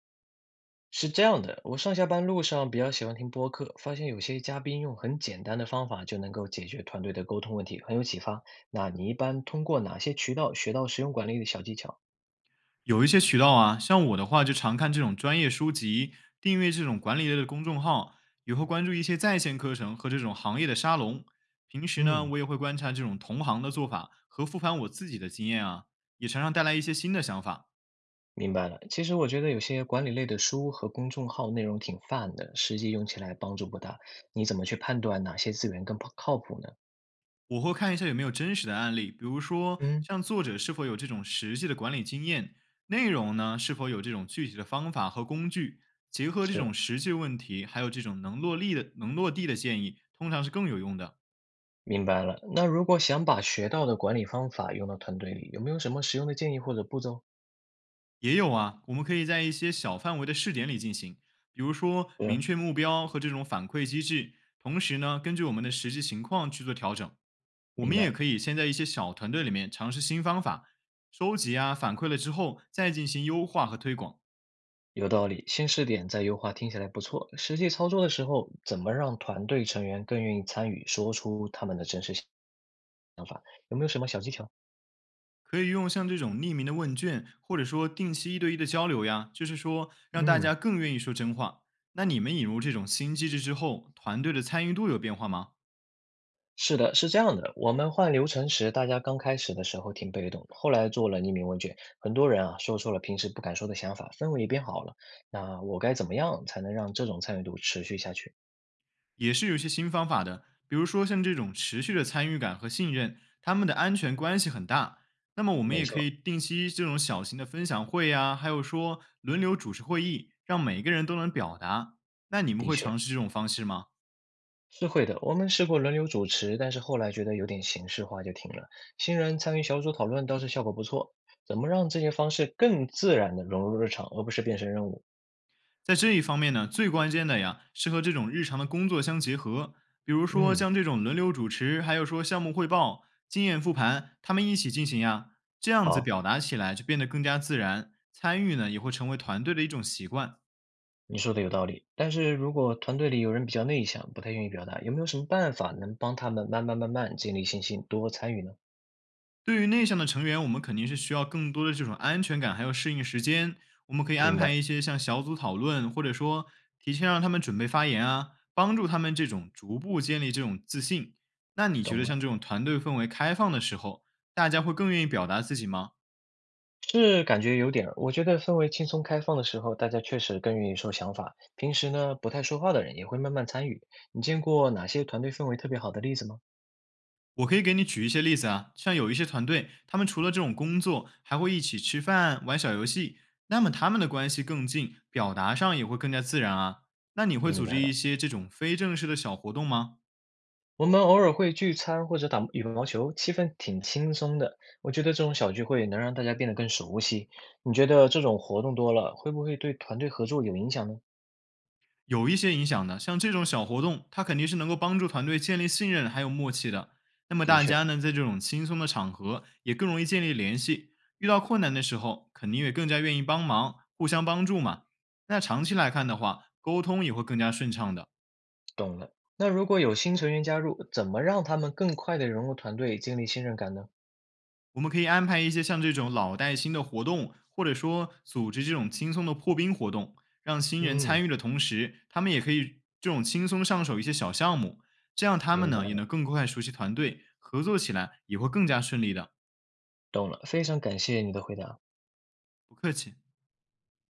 是这样的，我上下班路上比较喜欢听播客，发现有些嘉宾用很简单的方法就能够解决团队的沟通问题，很有启发。那你一般通过哪些渠道学到时用管理的小技巧？有一些渠道啊，像我的话就常看这种专业书籍，订阅这种管理类的公众号，也会关注一些在线课程和这种行业的沙龙。平时呢，嗯，我也会观察这种同行的做法和复盘我自己的经验啊，也常常带来一些新的想法。明白了。其实我觉得有些管理类的书和公众号内容挺泛的，实际用起来帮助不大。你怎么去判断哪些资源更靠谱呢？我会看一下有没有真实的案例，比如说嗯，像作者是否有这种实际的管理经验，内容呢是否有这种具体的方法和工具，结合这是，种实际问题，还有这种能落地的建议，通常是更有用的。明白了。那如果想把学到的管理方法用到团队里，有没有什么实用的建议或者步骤？也有啊，我们可以在一些小范围的试点里进行，比如说明嗯，确目标和这种反馈机制，同时呢，根据我们的实际情况去做调整。我明们也白。可以先在一些小团队里面尝试新方法，收集啊反馈了之后，再进行优化和推广。有道理，先试点再优化听起来不错。实际操作的时候，怎么让团队成员更愿意参与，说出他们的真实想法？有没有什么小技巧？可以用像这种匿名的问卷，或者说定期一对一的交流呀，就是说让大嗯，家更愿意说真话。那你们引入这种新机制之后，团队的参与度有变化吗？是的，是这样的。我们换流程时，大家刚开始的时候挺被动，后来做了匿名问卷，很多人啊说出了平时不敢说的想法，氛围也变好了。那我该怎么样才能让这种参与度持续下去？也是有一些新方法的，比如说像这种持续的参与感和信任，他们的安全关系很大。那么我们没也可以错，定期这种小型的分享会呀、还有说轮流主持会议，让每个人都能表达。那你们的会确。尝试这种方式吗？是会的，我们试过轮流主持，但是后来觉得有点形式化就停了。新人参与小组讨论倒是效果不错。怎么让这些方式更自然的融入日常，而不是变成任务？在这一方面呢，最关键的呀是和这种日常的工作相结合，比如说嗯，像这种轮流主持，还有说项目汇报、经验复盘，他们一起进行呀，这样子好，表达起来就变得更加自然，参与呢也会成为团队的一种习惯。你说的有道理。但是如果团队里有人比较内向，不太愿意表达，有没有什么办法能帮他们慢慢建立信心，多参与呢？对于内向的成员，我们肯定是需要更多的这种安全感，还有适应时间。我们可以安明排白，一些像小组讨论，或者说提前让他们准备发言啊，帮助他们这种逐步建立这种自信。那你觉懂得了。像这种团队氛围开放的时候，大家会更愿意表达自己吗？是感觉有点儿，我觉得氛围轻松开放的时候，大家确实更愿意说想法。平时呢，不太说话的人也会慢慢参与。你见过哪些团队氛围特别好的例子吗？我可以给你举一些例子啊，像有一些团队，他们除了这种工作，还会一起吃饭、玩小游戏，那么他们的关系更近，表达上也会更加自然啊。那你会明组织白一了，些这种非正式的小活动吗？我们偶尔会聚餐或者打羽毛球，气氛挺轻松的。我觉得这种小聚会能让大家变得更熟悉。你觉得这种活动多了，会不会对团队合作有影响呢？有一些影响的，像这种小活动，它肯定是能够帮助团队建立信任还有默契的。那么的大确，家呢，在这种轻松的场合也更容易建立联系，遇到困难的时候，肯定也更加愿意帮忙，互相帮助嘛。那长期来看的话，沟通也会更加顺畅的。懂了。那如果有新成员加入，怎么让他们更快地融入团队，建立信任感呢？我们可以安排一些像这种老带新的活动，或者说组织这种轻松的破冰活动，让新人嗯，参与的同时，他们也可以这种轻松上手一些小项目，这样他们明白呢也了。能更快熟悉团队，合作起来也会更加顺利的。懂了，非常感谢你的回答。不客气。